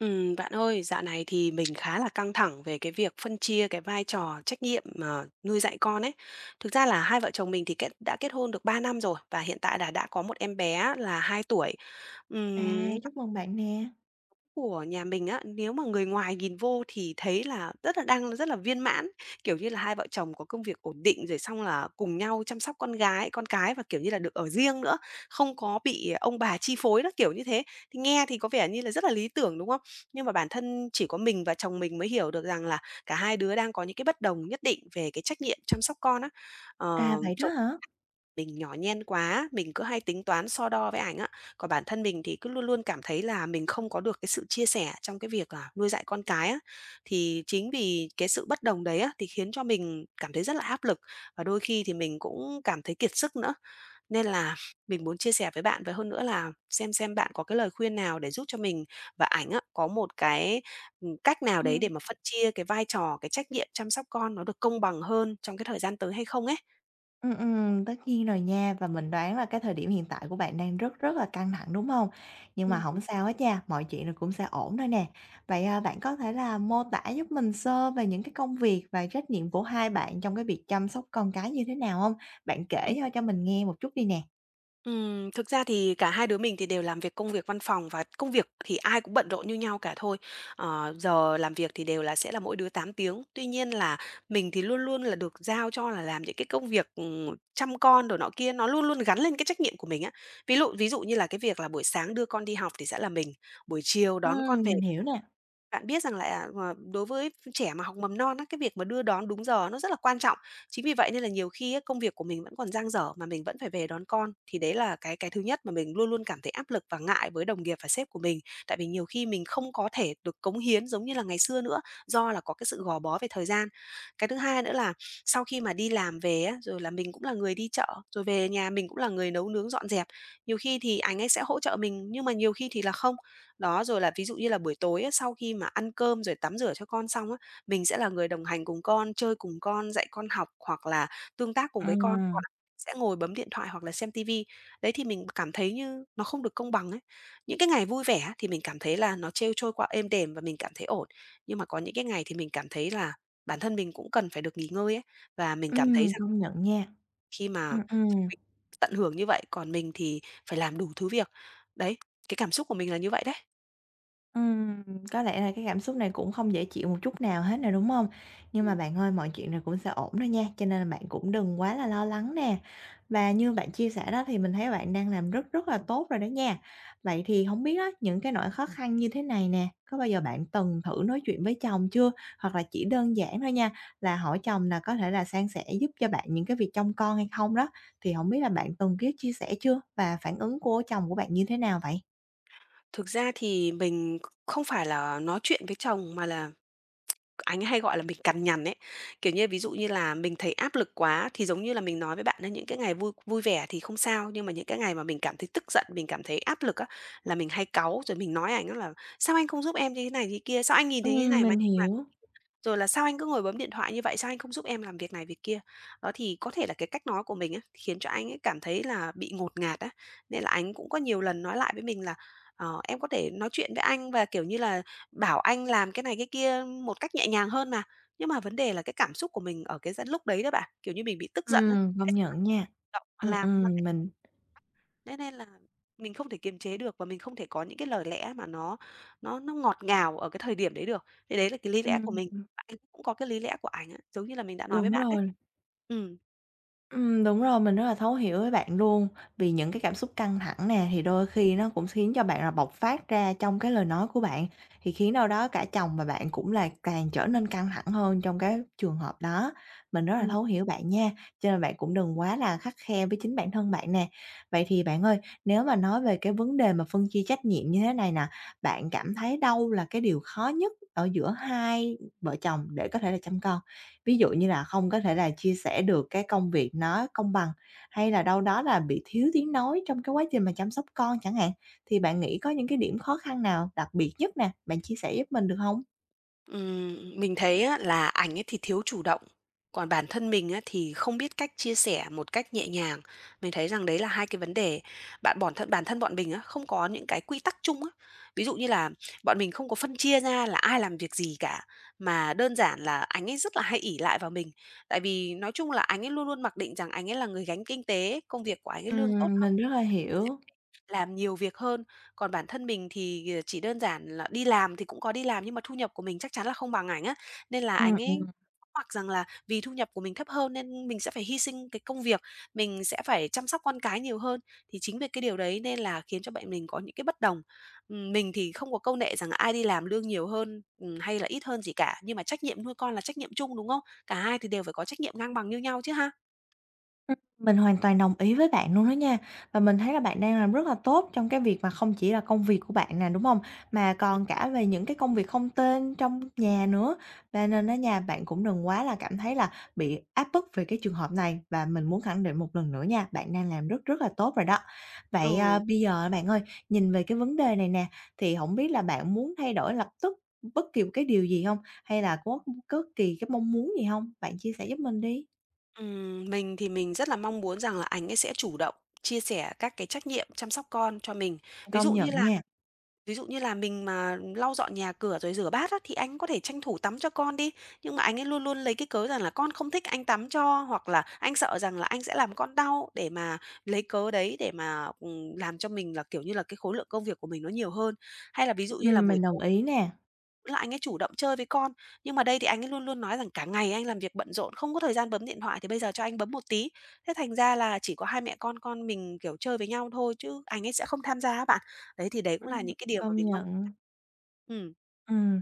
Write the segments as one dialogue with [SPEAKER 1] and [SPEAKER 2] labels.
[SPEAKER 1] Bạn ơi, dạo này thì mình khá là căng thẳng về cái việc phân chia cái vai trò trách nhiệm mà nuôi dạy con ấy. Thực ra là hai vợ chồng mình thì đã kết hôn được 3 năm rồi, và hiện tại là đã có một em bé là 2 tuổi.
[SPEAKER 2] À,
[SPEAKER 1] Ừm,
[SPEAKER 2] chúc mừng bạn nè.
[SPEAKER 1] của nhà mình á, nếu mà người ngoài nhìn vô thì thấy là rất là đang rất là viên mãn, kiểu như là, hai vợ chồng có công việc ổn định, rồi xong là cùng nhau chăm sóc con cái, và, kiểu như là, được ở riêng nữa, không có bị ông bà chi phối đó, kiểu như thế. Thì nghe thì có vẻ như là rất là lý tưởng, đúng không? Nhưng mà bản thân chỉ có mình và chồng mình mới hiểu được rằng là cả hai đứa đang có những cái bất đồng nhất định về cái trách nhiệm chăm sóc con á.
[SPEAKER 2] À, vậy đó
[SPEAKER 1] Chồng
[SPEAKER 2] hả?
[SPEAKER 1] mình nhỏ nhen quá, mình cứ hay tính toán so đo với ảnh á. Còn bản thân mình thì cứ luôn luôn cảm thấy là mình không có được cái sự chia sẻ trong cái việc là nuôi dạy con cái á. Thì chính vì cái sự bất đồng đấy á, thì khiến cho mình cảm thấy rất là áp lực, và đôi khi thì mình cũng cảm thấy kiệt sức nữa. Nên là mình muốn chia sẻ với bạn, và hơn nữa là xem bạn có cái lời khuyên nào để giúp cho mình và ảnh á, có một cái, cách nào đấy để
[SPEAKER 2] Ừm.
[SPEAKER 1] mà phân chia cái vai trò, cái trách nhiệm chăm sóc con nó được công bằng hơn trong cái thời gian tới hay không ấy?
[SPEAKER 2] Tất nhiên rồi nha, và mình đoán là cái thời điểm hiện tại của bạn đang rất rất là căng thẳng, đúng không? Nhưng mà không
[SPEAKER 1] Ừm.
[SPEAKER 2] sao hết nha, mọi chuyện rồi cũng sẽ ổn thôi nè. Vậy, à, bạn có thể là mô tả giúp mình sơ về những cái công việc và trách nhiệm của hai bạn trong cái việc chăm sóc con cái như thế nào không? Bạn kể, ơ, cho mình nghe một chút đi nè.
[SPEAKER 1] Thực ra thì cả hai đứa mình thì đều làm việc công việc văn phòng, và công việc thì ai cũng bận rộn như nhau cả thôi. Giờ làm việc thì đều là sẽ là mỗi đứa 8 tiếng. Tuy nhiên là mình thì luôn luôn là được giao cho là làm những cái công việc, chăm con đồ nọ kia, nó luôn luôn gắn lên cái trách nhiệm của mình á. Ví dụ như là cái việc là buổi sáng đưa con đi học thì sẽ là mình, buổi chiều đón con về,
[SPEAKER 2] Mình hiểu nè.
[SPEAKER 1] bạn biết rằng lại, đối với trẻ mà học mầm non á, cái việc mà đưa đón đúng giờ nó rất là quan trọng. Chính vì vậy nên là nhiều khi á, công việc của mình vẫn còn dang dở mà mình vẫn phải về đón con, thì đấy là cái thứ nhất mà mình luôn luôn cảm thấy áp lực và ngại với đồng nghiệp và sếp của mình. Tại vì nhiều khi mình không có thể được cống hiến giống như là ngày xưa nữa, do là có cái sự gò bó về thời gian. Cái thứ hai nữa là sau khi mà đi làm về á, rồi là mình cũng là người đi chợ, rồi về nhà mình cũng là người nấu nướng dọn dẹp. Nhiều khi thì anh ấy sẽ hỗ trợ mình, nhưng mà nhiều khi thì là không. Đó, rồi là ví dụ như là buổi tối á, sau khi mà ăn cơm rồi tắm rửa cho con xong á, mình sẽ là người đồng hành cùng con, chơi cùng con, dạy con học hoặc là tương tác cùng với con,
[SPEAKER 2] Ừm,
[SPEAKER 1] còn sẽ ngồi bấm điện thoại hoặc là xem ti vi. Đấy thì mình cảm thấy như nó không được công bằng ấy. Những cái ngày vui vẻ á, thì mình cảm thấy là nó trêu trôi qua êm đềm và mình cảm thấy ổn, nhưng mà có những cái ngày thì mình cảm thấy là bản thân mình cũng cần phải được nghỉ ngơi ấy, và mình cảm thấy rằng
[SPEAKER 2] công nhận nha.
[SPEAKER 1] khi mà
[SPEAKER 2] Ừm,
[SPEAKER 1] chúng
[SPEAKER 2] ừm.
[SPEAKER 1] mình tận hưởng như vậy, còn mình thì phải làm đủ thứ việc. Đấy, cái cảm xúc của mình là như vậy đấy.
[SPEAKER 2] Ừm, có lẽ là cái cảm xúc này cũng không dễ chịu một chút nào hết nè, đúng không? Nhưng mà bạn ơi, mọi chuyện này cũng sẽ ổn thôi nha, cho nên là bạn cũng đừng quá là lo lắng nè. Và như bạn chia sẻ đó thì mình thấy bạn đang làm rất rất là tốt rồi đó nha. Vậy thì không biết á, những cái nỗi khó khăn như thế này nè, có bao giờ bạn từng thử nói chuyện với chồng chưa? Hoặc là chỉ đơn giản thôi nha, là hỏi chồng là có thể là san sẻ giúp cho bạn những cái việc trông con hay không đó, thì không biết là bạn từng biết chia sẻ chưa? Và phản ứng của chồng của bạn như thế nào vậy?
[SPEAKER 1] Thực ra thì mình không phải là nói chuyện với chồng, mà là anh ấy hay gọi là mình cằn nhằn ấy. Kiểu như, ví dụ như là mình thấy áp lực quá, thì giống như là mình nói với bạn ấy, những cái ngày vui vui vẻ thì không sao, nhưng mà những cái ngày mà mình cảm thấy tức giận, mình cảm thấy áp lực á, là mình hay cáu, rồi mình nói ảnh á là: "Sao anh không giúp em như thế này, như thế kia? Sao anh nhìn thấy như thế này mà
[SPEAKER 2] Mình hiểu.
[SPEAKER 1] rồi là "Sao anh cứ ngồi bấm điện thoại như vậy? Sao anh không giúp em làm việc này việc kia?" Đó, thì có thể là cái cách nói của mình á, khiến cho anh ấy cảm thấy là bị ngột ngạt á, nên là anh cũng có nhiều lần nói lại với mình là: "Ờ, em có thể nói chuyện với anh, và, kiểu như là, bảo anh làm cái này cái kia một cách nhẹ nhàng hơn mà." Nhưng mà vấn đề là cái cảm xúc của mình ở cái lúc đấy đó bạn, kiểu như, mình bị tức giận á,
[SPEAKER 2] Công
[SPEAKER 1] cái xong
[SPEAKER 2] nhận nha.
[SPEAKER 1] là động mà làm mà lại-
[SPEAKER 2] Mình
[SPEAKER 1] Thế nên là mình không thể kiềm chế được, và mình không thể có những cái lời lẽ mà nó nó ngọt ngào ở cái thời điểm đấy được. Thì đấy là cái lý lẽ của mình,
[SPEAKER 2] ừm,
[SPEAKER 1] và anh cũng có cái lý lẽ của ảnh á, giống như là mình đã nói với
[SPEAKER 2] đúng
[SPEAKER 1] bạn đấy.
[SPEAKER 2] rồi.
[SPEAKER 1] Ừ.
[SPEAKER 2] Đúng rồi, mình rất là thấu hiểu với bạn luôn. Vì những cái cảm xúc căng thẳng nè, thì đôi khi nó cũng khiến cho bạn là bộc phát ra trong cái lời nói của bạn, thì khiến đâu đó cả chồng và bạn cũng là càng trở nên căng thẳng hơn trong cái trường hợp đó. Mình rất là thấu hiểu bạn nha, cho nên bạn cũng đừng quá là khắt khe với chính bản thân bạn nè. Vậy thì bạn ơi, nếu mà nói về cái vấn đề mà phân chia trách nhiệm như thế này nè, bạn cảm thấy đâu là cái điều khó nhất ở giữa hai vợ chồng để có thể là chăm con? Ví dụ như là không có thể là chia sẻ được cái công việc nó công bằng, hay là đâu đó là bị thiếu tiếng nói trong cái quá trình mà chăm sóc con chẳng hạn, thì bạn nghĩ có những cái điểm khó khăn nào đặc biệt nhất nè, bạn chia sẻ giúp mình được hông?
[SPEAKER 1] Mình thấy á, là ảnh ấy thì thiếu chủ động, còn bản thân mình á, thì không biết cách chia sẻ một cách nhẹ nhàng. Mình thấy rằng đấy là hai cái vấn đề. Bạn bản thân bọn mình á, không có những cái quy tắc chung á. Ví dụ như là bọn mình không có phân chia ra là ai làm việc gì cả, mà đơn giản là ảnh ấy rất là hay ỷ lại vào mình. Tại vì nói chung là ảnh ấy luôn luôn mặc định rằng ảnh ấy là người gánh kinh tế, công việc của ảnh ấy lương tốt,
[SPEAKER 2] Mình rất là hiểu.
[SPEAKER 1] làm nhiều việc hơn, còn bản thân mình thì, chỉ đơn giản là đi làm thì cũng có đi làm, nhưng mà thu nhập của mình chắc chắn là không bằng ảnh á, nên là
[SPEAKER 2] Ừm,
[SPEAKER 1] ảnh ấy
[SPEAKER 2] ừm.
[SPEAKER 1] hoặc rằng là vì thu nhập của mình thấp hơn, nên mình sẽ phải hy sinh cái công việc, mình sẽ phải chăm sóc con cái nhiều hơn. Thì chính vì cái điều đấy nên là khiến cho bạn mình có những cái bất đồng. Mình thì không có câu nệ rằng ai đi làm lương nhiều hơn, hay là ít hơn gì cả, nhưng mà trách nhiệm nuôi con là trách nhiệm chung, đúng không? Cả hai thì đều phải có trách nhiệm ngang bằng như nhau chứ ha?
[SPEAKER 2] Mình hoàn toàn đồng ý với bạn luôn đó nha. Và mình thấy là bạn đang làm rất là tốt trong cái việc mà không chỉ là công việc của bạn nè, đúng không? Mà
[SPEAKER 1] Ừm.
[SPEAKER 2] còn cả về những cái công việc không tên trong nhà nữa. Và nên á nha, bạn cũng đừng quá là cảm thấy là bị áp bức về cái trường hợp này, và mình muốn khẳng định một lần nữa nha, bạn đang làm rất rất là tốt rồi đó. Vậy, à,
[SPEAKER 1] Ừ.
[SPEAKER 2] bây giờ bạn ơi, nhìn về cái vấn đề này nè, thì không biết là bạn muốn thay đổi lập tức bất kỳ một cái điều gì không? Hay là có bất kỳ cái mong muốn gì không? Bạn chia sẻ giúp mình đi.
[SPEAKER 1] Mình thì mình rất là mong muốn rằng là ảnh ấy sẽ chủ động chia sẻ các cái trách nhiệm chăm sóc con cho mình. Ví
[SPEAKER 2] Công
[SPEAKER 1] dụ như
[SPEAKER 2] nhận
[SPEAKER 1] là
[SPEAKER 2] nha.
[SPEAKER 1] ví dụ như là mình mà lau dọn nhà cửa rồi rửa bát á, thì anh có thể tranh thủ tắm cho con đi. Nhưng mà anh ấy luôn luôn lấy cái cớ rằng là con không thích anh tắm cho, hoặc là anh sợ rằng là anh sẽ làm con đau, để mà lấy cớ đấy để mà, làm cho mình là, kiểu như là, cái khối lượng công việc của mình nó nhiều hơn. Hay là ví dụ như là
[SPEAKER 2] Mình đồng ý nè.
[SPEAKER 1] là anh ấy chủ động chơi với con. Nhưng mà đây thì anh ấy luôn luôn nói rằng cả ngày anh làm việc bận rộn, không có thời gian bấm điện thoại, thì bây giờ cho anh bấm một tí. Thế thành ra là chỉ có hai mẹ con mình, kiểu, chơi với nhau thôi, chứ anh ấy sẽ không tham gia á bạn. Đấy, thì đấy cũng là
[SPEAKER 2] Ừm,
[SPEAKER 1] những cái điều mà
[SPEAKER 2] công
[SPEAKER 1] mình mong.
[SPEAKER 2] nhận.
[SPEAKER 1] Ừm,
[SPEAKER 2] Ừm.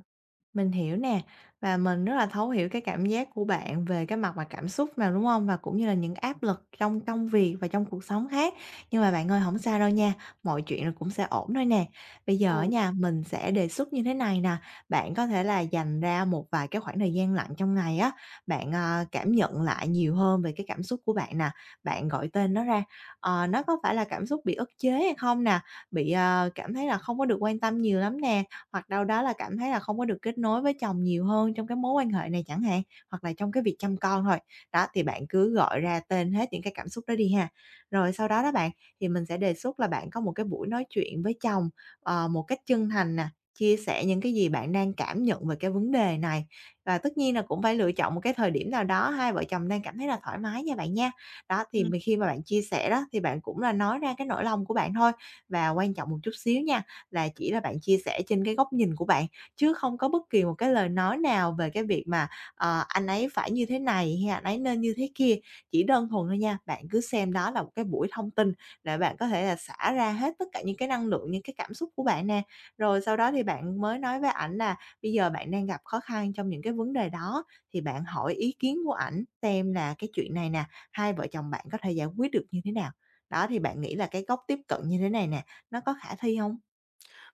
[SPEAKER 2] Mình hiểu nè, và mình rất là thấu hiểu cái cảm giác của bạn về cái mặt mà cảm xúc mà, đúng không? Và cũng như là những áp lực trong công việc và trong cuộc sống khác. Nhưng mà bạn ơi, không sao đâu nha, mọi chuyện rồi cũng sẽ ổn thôi nè. Bây giờ
[SPEAKER 1] ừ,
[SPEAKER 2] á nha, mình sẽ đề xuất như thế này nè, bạn có thể là dành ra một vài cái khoảng thời gian lặng trong ngày á, bạn, cảm nhận lại nhiều hơn về cái cảm xúc của bạn nè, bạn gọi tên nó ra. Nó có phải là cảm xúc bị ức chế hay không nè, bị, cảm thấy là không có được quan tâm nhiều lắm nè, hoặc đâu đó là cảm thấy là không có được kết nối với chồng nhiều hơn trong cái mối quan hệ này chẳng hạn, hoặc là trong cái việc chăm con thôi. Đó, thì bạn cứ gọi ra tên hết những cái cảm xúc đó đi ha. Rồi sau đó đó bạn, thì mình sẽ đề xuất là bạn có một cái buổi nói chuyện với chồng, một cách chân thành nè, chia sẻ những cái gì bạn đang cảm nhận về cái vấn đề này. Và tất nhiên là cũng phải lựa chọn một cái thời điểm nào đó hai vợ chồng đang cảm thấy là thoải mái nha bạn nha. Đó, thì
[SPEAKER 1] ừm.
[SPEAKER 2] khi mà bạn chia sẻ đó thì bạn cũng là nói ra cái nỗi lòng của bạn thôi và quan trọng một chút xíu nha, là chỉ là bạn chia sẻ trên cái góc nhìn của bạn, chứ không có bất kỳ một cái lời nói nào về cái việc mà, anh ấy phải như thế này hay anh ấy nên như thế kia. Chỉ đơn thuần thôi nha, bạn cứ xem đó là một cái buổi thông tin để bạn có thể là xả ra hết tất cả những cái năng lượng, những cái cảm xúc của bạn nè. Rồi sau đó thì bạn mới nói với ảnh là bây giờ bạn đang gặp khó khăn trong những cái vấn đề đó, thì bạn hỏi ý kiến của ảnh xem là cái chuyện này nè, hai vợ chồng bạn có thể giải quyết được như thế nào. Đó, thì bạn nghĩ là cái góc tiếp cận như thế này nè, nó có khả thi không?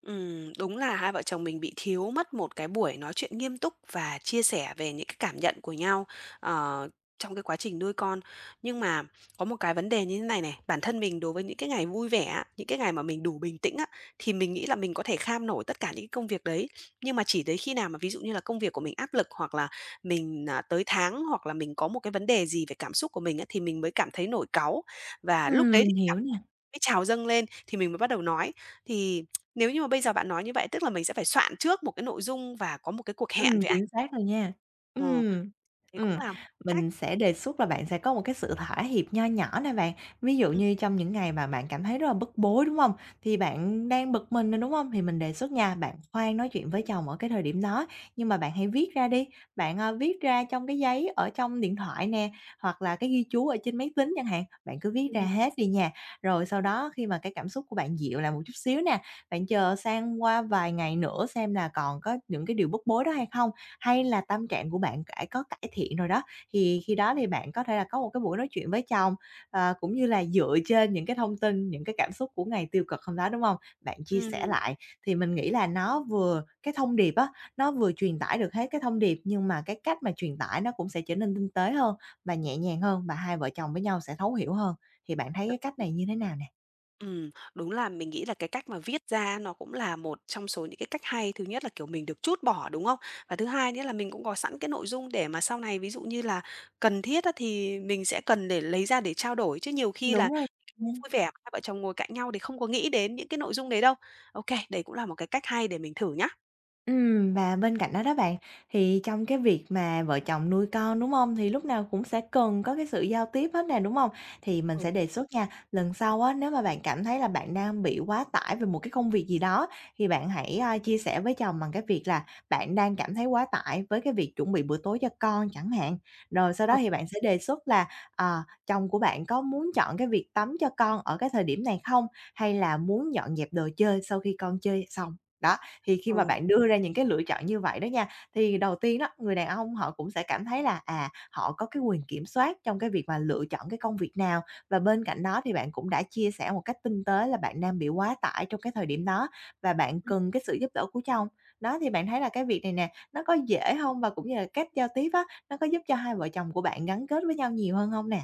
[SPEAKER 1] Đúng là hai vợ chồng mình bị thiếu mất một cái buổi nói chuyện nghiêm túc và chia sẻ về những cái cảm nhận của nhau, ờ, trong cái quá trình nuôi con. Nhưng mà có một cái vấn đề như thế này này, bản thân mình đối với những cái ngày vui vẻ á, những cái ngày mà mình đủ bình tĩnh á, thì mình nghĩ là mình có thể kham nổi tất cả những cái công việc đấy. Nhưng mà chỉ tới khi nào mà ví dụ như là công việc của mình áp lực, hoặc là mình, tới tháng, hoặc là mình có một cái vấn đề gì về cảm xúc của mình á, thì mình mới cảm thấy nổi cáu. Và lúc đấy thì
[SPEAKER 2] Mình
[SPEAKER 1] cái
[SPEAKER 2] hiểu
[SPEAKER 1] cảm
[SPEAKER 2] nè.
[SPEAKER 1] mới trào dâng lên thì mình mới bắt đầu nói. Thì nếu như mà bây giờ bạn nói như vậy, tức là mình sẽ phải soạn trước một cái nội dung và có một cái cuộc hẹn với ảnh.
[SPEAKER 2] Chính xác rồi nha.
[SPEAKER 1] Ờ,
[SPEAKER 2] Ừm,
[SPEAKER 1] Thế cũng
[SPEAKER 2] ừm,
[SPEAKER 1] là một cách.
[SPEAKER 2] mình sẽ đề xuất là bạn sẽ có một cái sự thỏa hiệp nho nhỏ nè bạn. Ví dụ
[SPEAKER 1] Ừm,
[SPEAKER 2] như trong những ngày mà bạn cảm thấy rất là bức bối, đúng hông? Thì bạn đang bực mình nè, đúng hông? Thì mình đề xuất nha, bạn khoan nói chuyện với chồng ở cái thời điểm đó, nhưng mà bạn hãy viết ra đi. Bạn, viết ra trong cái giấy ở trong điện thoại nè, hoặc là cái ghi chú ở trên máy tính chẳng hạn, bạn cứ viết ra
[SPEAKER 1] ừm,
[SPEAKER 2] hết đi nha. Rồi sau đó khi mà cái cảm xúc của bạn dịu lại một chút xíu nè. Bạn chờ sang qua vài ngày nữa xem là còn có những cái điều bức bối đó hay không? Hay là tâm trạng của bạn đã có cải thiện rồi đó, thì khi đó thì bạn có thể là có một cái buổi nói chuyện với chồng, cũng như là dựa trên những cái thông tin, những cái cảm xúc của ngày tiêu cực hôm đó, đúng không? Bạn chia sẻ
[SPEAKER 1] ừm.
[SPEAKER 2] lại thì mình nghĩ là nó vừa cái thông điệp á, nó vừa truyền tải được hết cái thông điệp, nhưng mà cái cách mà truyền tải nó cũng sẽ trở nên tinh tế hơn và nhẹ nhàng hơn và hai vợ chồng với nhau sẽ thấu hiểu hơn. Thì bạn thấy
[SPEAKER 1] đ
[SPEAKER 2] cái cách này như thế nào nè?
[SPEAKER 1] Đúng là mình nghĩ là cái cách mà viết ra nó cũng là một trong số những cái cách hay. Thứ nhất là, kiểu, mình được trút bỏ, đúng không? Và thứ hai nữa là mình cũng có sẵn cái nội dung để mà sau này ví dụ như là cần thiết á, thì mình sẽ cần để lấy ra để trao đổi, chứ nhiều khi là
[SPEAKER 2] Đúng rồi.
[SPEAKER 1] vui vẻ hai vợ chồng ngồi cạnh nhau thì không có nghĩ đến những cái nội dung đấy đâu. Ô kê, đấy cũng là một cái cách hay để mình thử nhá.
[SPEAKER 2] Và bên cạnh đó đó bạn, thì trong cái việc mà vợ chồng nuôi con, đúng không? Thì lúc nào cũng sẽ cần có cái sự giao tiếp hết nè, đúng không? Thì mình
[SPEAKER 1] Ừ,
[SPEAKER 2] sẽ đề xuất nha, lần sau á, nếu mà bạn cảm thấy là bạn đang bị quá tải về một cái công việc gì đó, thì bạn hãy, chia sẻ với chồng bằng cái việc là bạn đang cảm thấy quá tải với cái việc chuẩn bị bữa tối cho con chẳng hạn. Rồi sau
[SPEAKER 1] ừ,
[SPEAKER 2] đó thì bạn sẽ đề xuất là, chồng của bạn có muốn chọn cái việc tắm cho con ở cái thời điểm này không? Hay là muốn dọn dẹp đồ chơi sau khi con chơi xong? Đó, thì khi mà
[SPEAKER 1] ừ.
[SPEAKER 2] bạn đưa ra những cái lựa chọn như vậy đó nha, thì đầu tiên đó, người đàn ông họ cũng sẽ cảm thấy là, à, họ có cái quyền kiểm soát trong cái việc mà lựa chọn cái công việc nào. Và bên cạnh đó thì bạn cũng đã chia sẻ một cách tinh tế là bạn đang bị quá tải trong cái thời điểm đó và bạn cần cái sự giúp đỡ của chồng. Đó, thì bạn thấy là cái việc này nè, nó có dễ không? Và cũng như là cách giao tiếp á, nó có giúp cho hai vợ chồng của bạn gắn kết với nhau nhiều hơn không nè?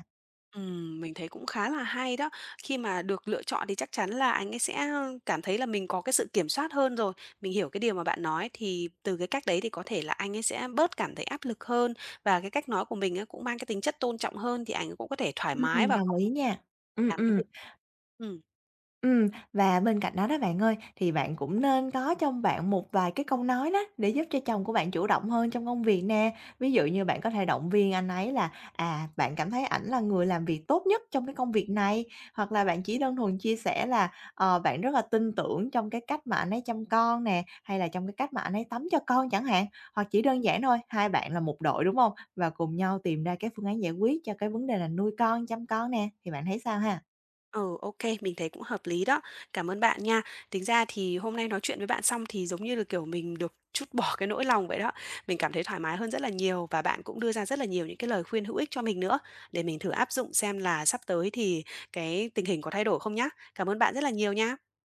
[SPEAKER 1] Mình thấy cũng khá là hay đó. Khi mà được lựa chọn thì chắc chắn là anh ấy sẽ cảm thấy là mình có cái sự kiểm soát hơn rồi. Mình hiểu cái điều mà bạn nói, thì từ cái cách đấy thì có thể là anh ấy sẽ bớt cảm thấy áp lực hơn, và cái cách nói của mình á cũng mang cái tính chất tôn trọng hơn, thì ảnh cũng có thể thoải mái
[SPEAKER 2] Ừm.
[SPEAKER 1] và
[SPEAKER 2] Đồng
[SPEAKER 1] không
[SPEAKER 2] ý nha. Ừ,
[SPEAKER 1] làm cái
[SPEAKER 2] ừ.
[SPEAKER 1] việc ừm.
[SPEAKER 2] Ừm, và bên cạnh đó đó bạn ơi, thì bạn cũng nên có trong bạn một vài cái câu nói đó để giúp cho chồng của bạn chủ động hơn trong công việc nè. Ví dụ như bạn có thể động viên anh ấy là, à, bạn cảm thấy ảnh là người làm việc tốt nhất trong cái công việc này, hoặc là bạn chỉ đơn thuần chia sẻ là, bạn rất là tin tưởng trong cái cách mà anh ấy chăm con nè, hay là trong cái cách mà anh ấy tắm cho con chẳng hạn. Hoặc chỉ đơn giản thôi, hai bạn là một đội, đúng không? Và cùng nhau tìm ra cái phương án giải quyết cho cái vấn đề là nuôi con, chăm con nè, thì bạn thấy sao ha?
[SPEAKER 1] Ừ, ok, mình thấy cũng hợp lý đó. Cảm ơn bạn nha. Tính ra thì hôm nay nói chuyện với bạn xong thì giống như là, kiểu, mình được trút bỏ cái nỗi lòng vậy đó. Mình cảm thấy thoải mái hơn rất là nhiều, và bạn cũng đưa ra rất là nhiều những cái lời khuyên hữu ích cho mình nữa, để mình thử áp dụng xem là sắp tới thì cái tình hình có thay đổi không nhá. Cảm ơn bạn rất là nhiều nha.